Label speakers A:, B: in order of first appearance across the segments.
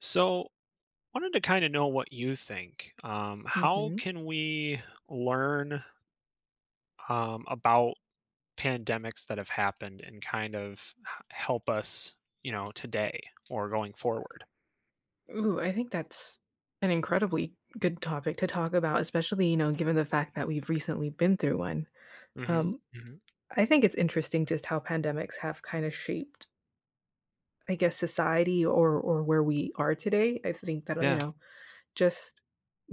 A: So, wanted to kind of know what you think. How
B: Mhm.
A: can we learn about pandemics that have happened and kind of help us today or going forward?
B: Ooh, I think that's an incredibly good topic to talk about, especially, you know, given the fact that we've recently been through one.
A: hmm
B: Um,
A: hmm
B: I think it's interesting just how pandemics have kind of shaped, I guess, society or where we are today. I think that, you
A: Yeah.
B: know, just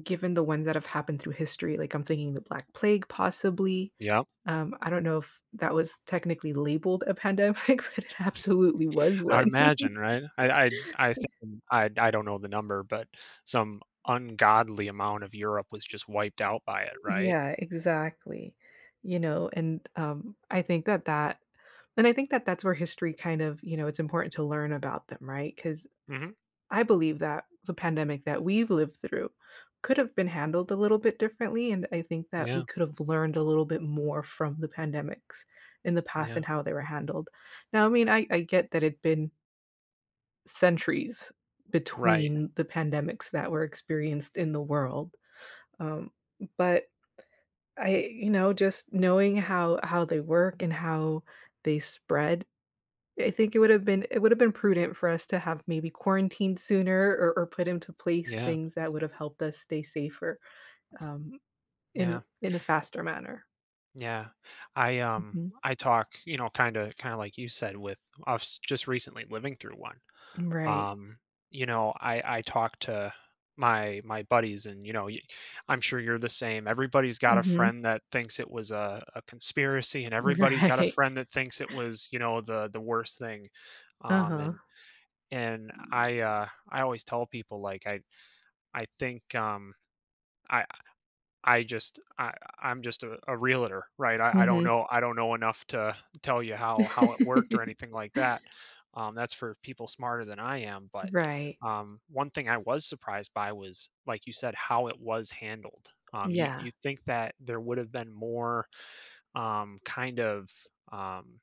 B: Given the ones that have happened through history, like, I'm thinking the Black Plague possibly,
A: Yeah.
B: I don't know if that was technically labeled a pandemic, but it absolutely was
A: I would
B: one.
A: imagine, right? I think I don't know the number, but some ungodly amount of Europe was just wiped out by it, right?
B: Yeah, exactly, and I think that that's where history kind of, you know, it's important to learn about them, right? Because.
A: hmm
B: I believe that the pandemic that we've lived through could have been handled a little bit differently, and I think that we
A: Yeah.
B: could have learned a little bit more from the pandemics in the past
A: Yeah.
B: and how they were handled. Now, I mean, I get that it'd been centuries
A: Right.
B: between the pandemics that were experienced in the world, um, but I, you know, just knowing how they work and how they spread. I think it would have been prudent for us to have maybe quarantined sooner or put into place
A: Yeah.
B: things that would have helped us stay safer, um, in
A: Yeah.
B: a faster manner.
A: Yeah.
B: Mhm.
A: I talk, kinda like you said with us just recently living through one.
B: Right.
A: Um, you know, I talk to my buddies and, you know, y I'm sure you're the same. Everybody's got a
B: Mhm.
A: friend that thinks it was a conspiracy, and everybody's got a
B: Right.
A: friend that thinks it was, you know, the worst thing.
B: Uh-huh.
A: And and I always tell people, like, I think, I I just I I'm just a realtor, right? I don't
B: Mhm.
A: know enough to tell you how it worked or anything like that. That's for people smarter than I am. But
B: Right.
A: one thing I was surprised by was, like you said, how it was handled. You
B: Yeah.
A: think that there would have been more um, kind of um,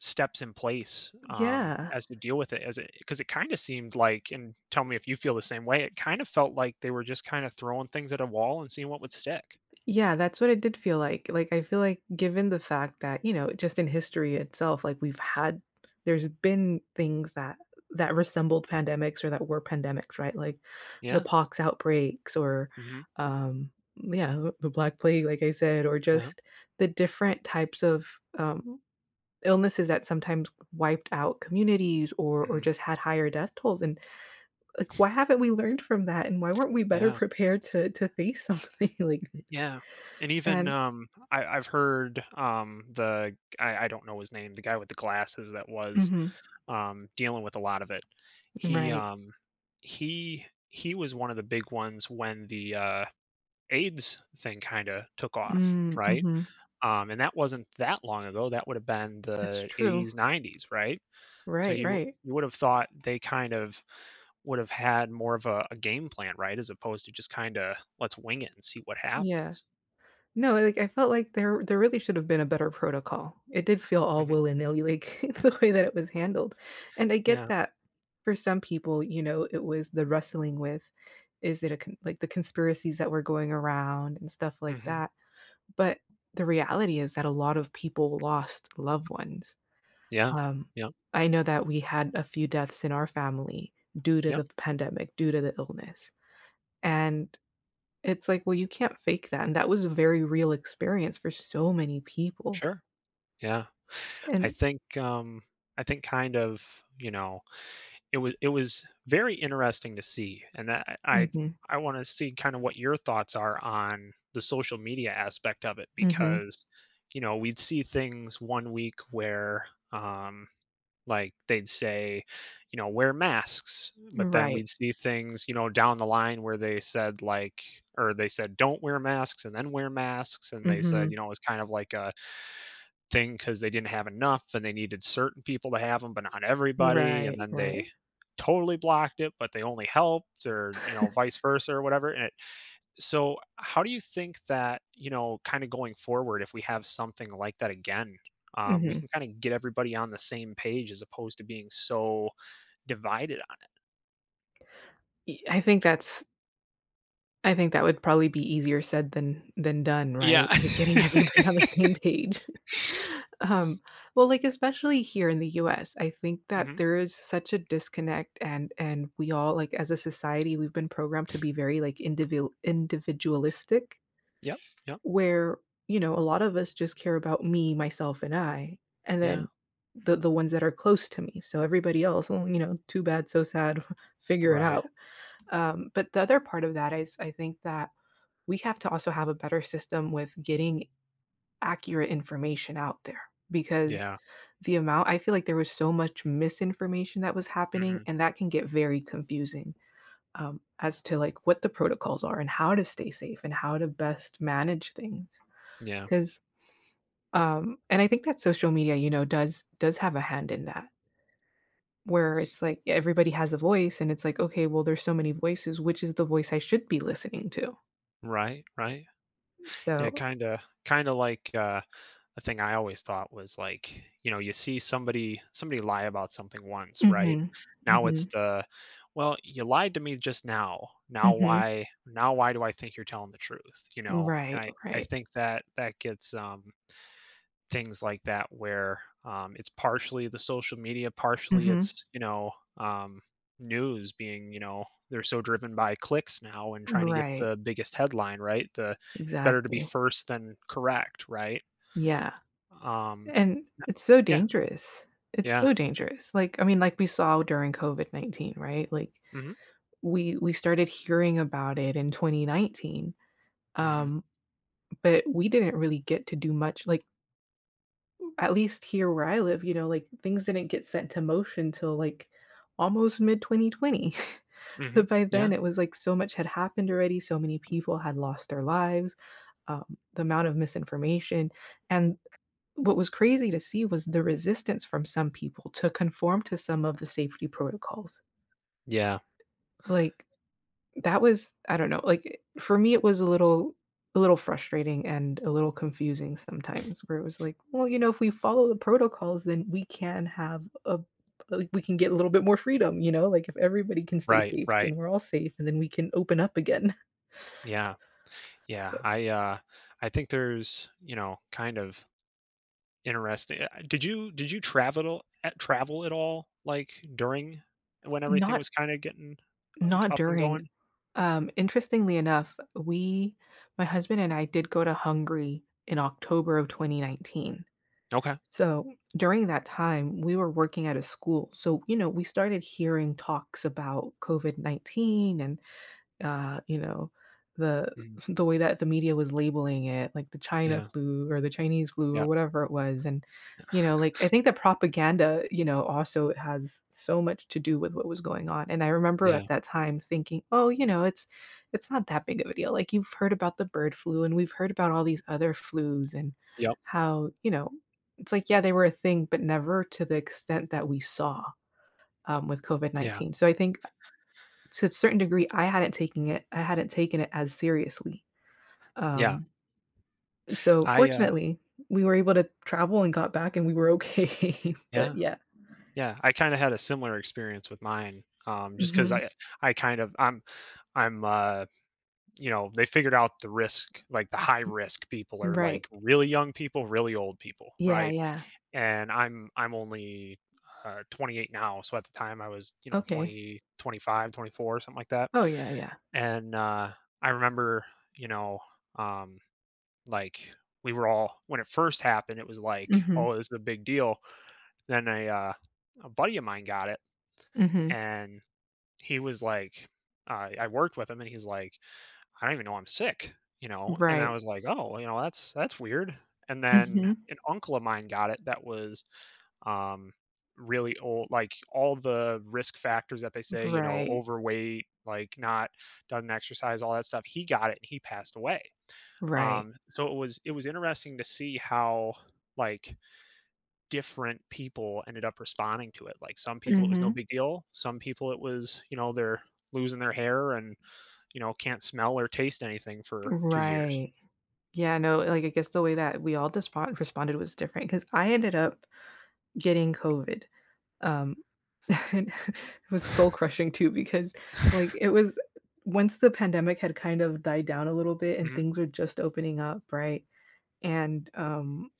A: steps in place
B: Yeah.
A: as to deal with it, as it because it kind of seemed like, and tell me if you feel the same way. It kind of felt like they were just kind of throwing things at a wall and seeing what would stick.
B: Yeah, that's what it did feel like. Like, I feel like given the fact that, you know, just in history itself, like we've had there's been things that resembled pandemics or that were pandemics, right? Like the
A: Yeah.
B: pox outbreaks or
A: Mhm.
B: um yeah, the Black Plague, like I said, or
A: Yeah.
B: just the different types of um illnesses that sometimes wiped out communities or
A: Mhm.
B: just had higher death tolls. And, like, why haven't we learned from that, and why weren't we better
A: Yeah.
B: prepared to face something like this?
A: Yeah. And even,
B: And
A: I've heard, the I don't know his name, the guy with the glasses that was,
B: Mhm.
A: dealing with a lot of it. He,
B: Right.
A: um, he he was one of the big ones when the, AIDS thing kinda took off,
B: Mm,
A: right?
B: mhm.
A: And that wasn't that long ago, that would have been
B: That's
A: the
B: true.
A: 80s, 90s, right? So
B: Right,
A: you
B: right.
A: would have thought they kind of would have had more of a game plan, right? As opposed to just kinda, "Let's wing it and see what
B: Yeah.
A: happens."
B: No, like, I felt like there really should have been a better protocol. It did feel all
A: Mhm.
B: willy-nilly, like, the way that it was handled, and I get
A: Yeah.
B: that for some people, you know, it was the wrestling with, is it a con like, the conspiracies that were going around and stuff like
A: Mhm.
B: that, but the reality is that a lot of people lost loved ones.
A: Yeah.
B: Um,
A: Yep.
B: I know that we had a few deaths in our family due to
A: Yep.
B: the pandemic, due to the illness, and it's like, well, you can't fake that, and that was a very real experience for so many people,
A: Sure. Yeah. I
B: and
A: think, um, I think kind of, you know, it was very interesting to see, and that
B: mhm,
A: I wanna see kinda what your thoughts are on the social media aspect of it
B: mhm,
A: because, you know, we'd see things 1 week where, like, they'd say, you know, "Wear masks," but then we'd
B: right,
A: see things, you know, down the line where they said, or they said, "Don't wear masks," and then "Wear masks," and they said, you
B: mhm,
A: know, it was kind of like a thing because they didn't have enough and they needed certain people to have them, but not everybody,
B: right,
A: and then
B: right.
A: they totally blocked it, but they only helped or, you know, vice versa or whatever, and it so how do you think that, you know, kind of going forward, if we have something like that again, we can
B: Mhm.
A: kind of get everybody on the same page as opposed to being so divided on
B: Y I think that's, I think that would probably be easier said than done,
A: it?
B: right? Like, getting
A: Yeah.
B: everybody on the same page. Um, well, like, especially here in the US, I think that
A: Mhm.
B: there is such a disconnect, and we all, like, as a society, we've been programmed to be very, like, individualistic,
A: Yep, yep.
B: where, you know, a lot of us just care about me, myself, and I, and
A: Yeah,
B: then the ones that are close to me. So everybody else, "Oh, you know, too bad, so sad, figure it
A: right.
B: out." But the other part of that is I think that we have to also have a better system with getting accurate information out there because
A: Yeah.
B: the amount I feel like there was so much misinformation that was happening,
A: Mhm.
B: and that can get very confusing, as to like what the protocols are and how to stay safe and how to best manage things.
A: Yeah.
B: Because, and I think that social media, you know, does have a hand in that, where it's like everybody has a voice, and it's like, okay, well, there's so many voices, which is the voice I should be listening to?
A: Right, right. And it
B: So
A: kinda like, a thing I always thought was like, you know, you see somebody lie about something once, right?
B: hmm,
A: Now it's
B: hmm,
A: well, you lied to me just now. Now
B: hmm,
A: why do I think you're telling the truth? You know, and
B: right,
A: I
B: right.
A: think that that gets things like that where it's partially the social media, partially
B: Mhm.
A: it's, you know, news being, you know, they're so driven by clicks now and trying to get
B: Right.
A: the biggest headline, right? The It's better to be
B: Exactly.
A: first than correct, right?
B: Yeah,
A: Um,
B: and
A: n
B: it's so
A: yeah,
B: dangerous. It's
A: yeah.
B: so dangerous. Like, I mean, like we saw during COVID-19, right? Like,
A: Mhm,
B: we started hearing about it in 2019,
A: mhm,
B: um, but we didn't really get to do much, like, at least here where I live, you know, like, things didn't get set to motion till, like, almost mid-2020. But
A: mhm.
B: by
A: Yeah,
B: then, it was like so much had happened already. So many people had lost their lives, the amount of misinformation. And what was crazy to see was the resistance from some people to conform to some of the safety protocols.
A: yeah.
B: Like, that was I don't know, like, for me, it was a little frustrating and a little confusing sometimes, where it was like, "Well, you know, if we follow the protocols, then we can have a like, we can get a little bit more freedom," you know? Like, if everybody can stay
A: Right,
B: safe,
A: right.
B: then we're all safe, and then we can open up again.
A: Yeah, yeah. I think there's, you know, kind of interesting did you travel at all, like, during when everything
B: Not
A: was kinda getting u up and
B: during.
A: going?
B: Interestingly enough, we my husband and I did go to Hungary in October of 2019.
A: Okay.
B: So during that time, we were working at a school. So, you know, we started hearing talks about COVID-19 and, you know, the
A: Mhm.
B: the way that the media was labeling it, like the China
A: Yeah,
B: flu or the Chinese flu or
A: yep,
B: whatever it was. And, you know, like, I think the propaganda, you know, also has so much to do with what was going on. And I remember
A: yeah,
B: at that time thinking, oh, you know, it's not that big of a deal. Like, you've heard about the bird flu, and we've heard about all these other flus, and
A: yep,
B: how, you know, it's like, yeah, they were a thing, but never to the extent that we saw with COVID
A: yeah,
B: 19. So I think to a certain degree, I hadn't taken it as seriously.
A: yeah.
B: Um, so
A: I, uh
B: fortunately, we were able to travel and got back and we were okay, but
A: yeah,
B: yeah.
A: yeah. I kinda had a similar experience with mine, just because
B: Mhm.
A: I kind of I'm, you know, they figured out the risk, like the high risk people are
B: Right.
A: like really young people, really old people,
B: Yeah,
A: right?
B: yeah.
A: And I'm only 28 now, so at the time I was, you know,
B: Okay.
A: 20, 25, 24, something like that.
B: Oh, yeah, yeah.
A: And I remember, you know, um, like we were all when it first happened, it was like,
B: Mhm,
A: oh, this is a big deal. Then a buddy of mine got it,
B: mhm.
A: and he was like, I worked with him, and he's like I don't even know I'm sick, you know? And I
B: Right.
A: was like, oh, well, you know, that's weird. And then
B: Mhm.
A: an uncle of mine got it that was um really old, like all the risk factors that they say, you know,
B: Right,
A: overweight, like not doesn't exercise, all that stuff. He got it and he passed away.
B: right.
A: So it was interesting to see how like different people ended up responding to it. Like some people it was no
B: Mhm.
A: big deal. Some people it was, you know, they're losing their hair and you know can't smell or taste anything for 2 years.
B: Right. Yeah, no, like, I guess the way that we all just responded was different, because I ended up getting COVID. Um, and it was soul crushing too because, like, it was once the pandemic had kind of died down a little bit and
A: Mhm.
B: things were just opening up, right? And,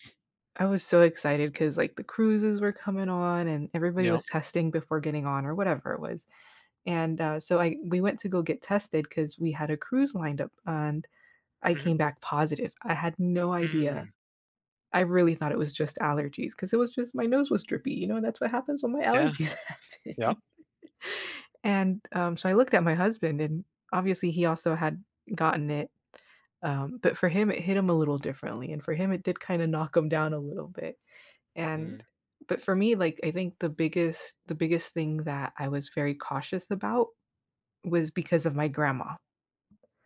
B: I was so excited because, like, the cruises were coming on and everybody
A: Yeah.
B: was testing before getting on or whatever it was. And, so I we went to go get tested because we had a cruise lined up, and I
A: Mhm.
B: came back positive. I had no idea.
A: Mm.
B: I really thought it was just allergies, because it was just my nose was drippy, you know, and that's what happens when my
A: Yeah.
B: allergies happen.
A: Yep.
B: And, so I looked at my husband, and obviously he also had gotten it, but for him, it hit him a little differently, and for him, it did kinda knock him down a little bit,
A: Mm.
B: and but for me, like, I think the biggest thing that I was very cautious about was because of my grandma.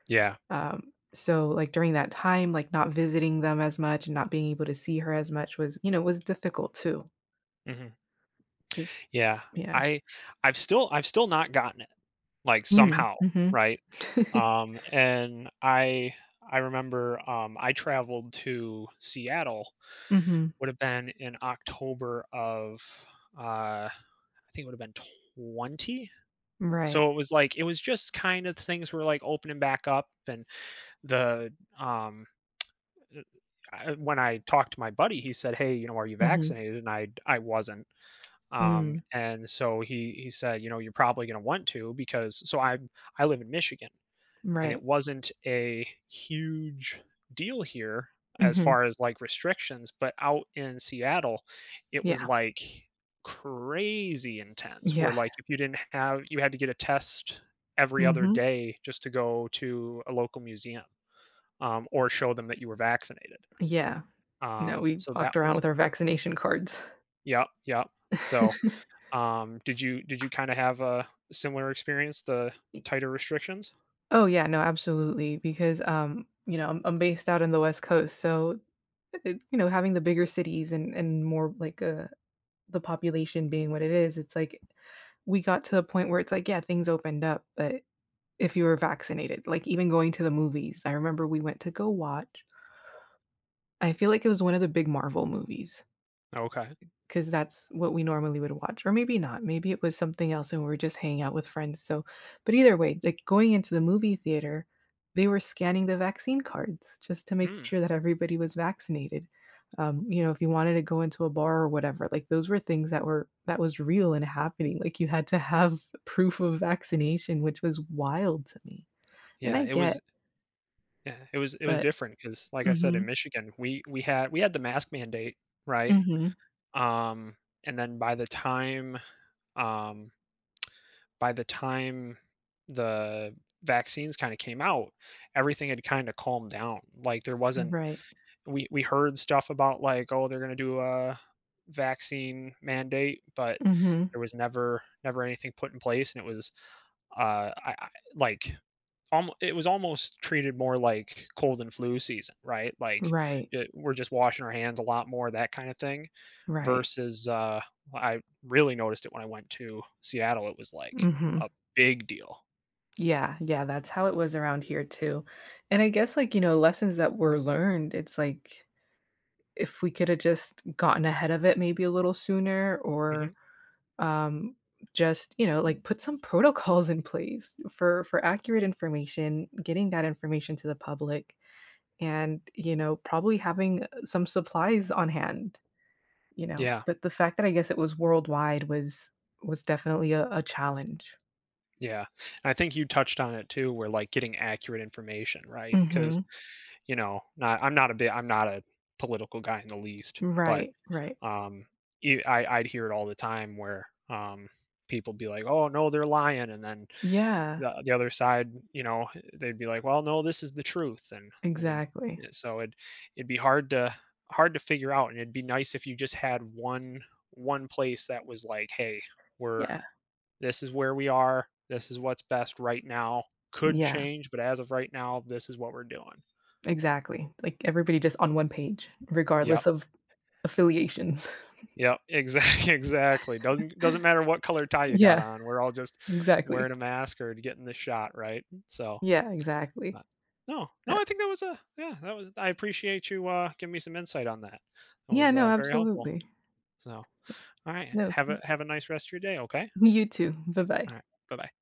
A: Yeah.
B: So, like, during that time, like, not visiting them as much and not being able to see her as much was, you know, was difficult too.
A: Mhm.
B: Just
A: Yeah.
B: yeah.
A: I I've still not gotten it, like,
B: Mm,
A: somehow,
B: mhm.
A: right? And I remember, I traveled to Seattle,
B: Mhm.
A: would have been in October of, I think it would have been 20?
B: Right.
A: So, it was like it was just kind of things were, like, opening back up and the, um when I talked to my buddy, he said, "Hey, you know, are you
B: Mhm.
A: vaccinated?" And I wasn't.
B: Mm.
A: And so he said, "You know, you're probably going to want to because I live in Michigan and it
B: Right.
A: wasn't a huge deal here as
B: Mhm.
A: far as like restrictions, but out in Seattle, it was
B: Yeah.
A: like crazy intense where
B: Yeah.
A: like if you didn't have you had to get a test every other
B: Mhm.
A: day just to go to a local museum or show them that you were vaccinated."
B: Yeah. No, we
A: So
B: walked
A: that
B: around
A: was
B: with our vaccination cards.
A: Yep, yep. So, did you kinda have a similar experience, the tighter restrictions?
B: Oh, yeah, no, absolutely, because, you know, I'm based out in the West Coast, so, it you know, having the bigger cities and, more, like, the population being what it is, it's like we got to the point where it's like, yeah, things opened up, but if you were vaccinated, like, even going to the movies, I remember we went to go watch I feel like it was one of the big Marvel movies.
A: Okay.
B: 'Cause that's what we normally would watch, or maybe not, maybe it was something else and we were just hanging out with friends, so but either way, like, going into the movie theater, they were scanning the vaccine cards just to make
A: Mm.
B: sure that everybody was vaccinated. You know, if you wanted to go into a bar or whatever, like, those were things that were that was real and happening, like, you had to have proof of vaccination, which was wild to me, and
A: Yeah,
B: I
A: it
B: get,
A: was yeah, it was
B: but
A: different because, like I said, in
B: mhm,
A: Michigan, we had the mask mandate, right?
B: mhm,
A: Um, and then um by the time the vaccines kinda came out, everything had kinda calmed down. Like, there wasn't
B: right.
A: we heard stuff about like oh they're going to do a vaccine mandate but
B: Mhm,
A: there was never anything put in place and it was I like it was almost treated more like cold and flu season right like
B: right,
A: we're just washing our hands a lot more that kind of thing
B: right,
A: versus I really noticed it when I went to Seattle it was like a
B: mhm.
A: big deal.
B: Yeah, yeah, that's how it was around here too. And I guess, like, you know, lessons that were learned, it's like, if we could have just gotten ahead of it maybe a little sooner,
A: hmm
B: or um just, you know, like, put some protocols in place for accurate information, getting that information to the public and, you know, probably having, some supplies on hand, you know.
A: yeah,
B: But the fact that I guess it was worldwide was definitely a challenge.
A: yeah, and I think you touched on it too where like getting accurate information right because
B: Mhm.
A: you know, not I'm not a bit I'm not a political guy in the least, but
B: Right, right.
A: um, I I'd hear it all the time where people be like, "Oh no, they're lying," and then
B: Yeah.
A: the other side, you know, they'd be like, "Well, no, this is the truth," and they
B: Exactly.
A: yeah, so it'd be hard to figure out, and it'd be nice if you just had one place that was like, "Hey, we're
B: Yeah.
A: this is where we are. This is what's best right now. Could
B: Yeah,
A: change, but as of right now, this is what we're doing."
B: exactly. Like, everybody just on one page,
A: Yep.
B: regardless of affiliations.
A: Yep, exactly. Exactly. Doesn't matter what color tie you got
B: Yeah,
A: on. We're all just wearing
B: exactly.
A: a mask or getting the shot, right? So,
B: Yeah, exactly.
A: but no, no, I
B: That
A: think that was a yeah, that was I appreciate you giving me some insight on that. That
B: Yeah,
A: was
B: no,
A: very helpful.
B: absolutely.
A: So, all right,
B: No,
A: have a nice rest of your day, okay?
B: you too. Bye-bye.
A: All right. Bye-bye.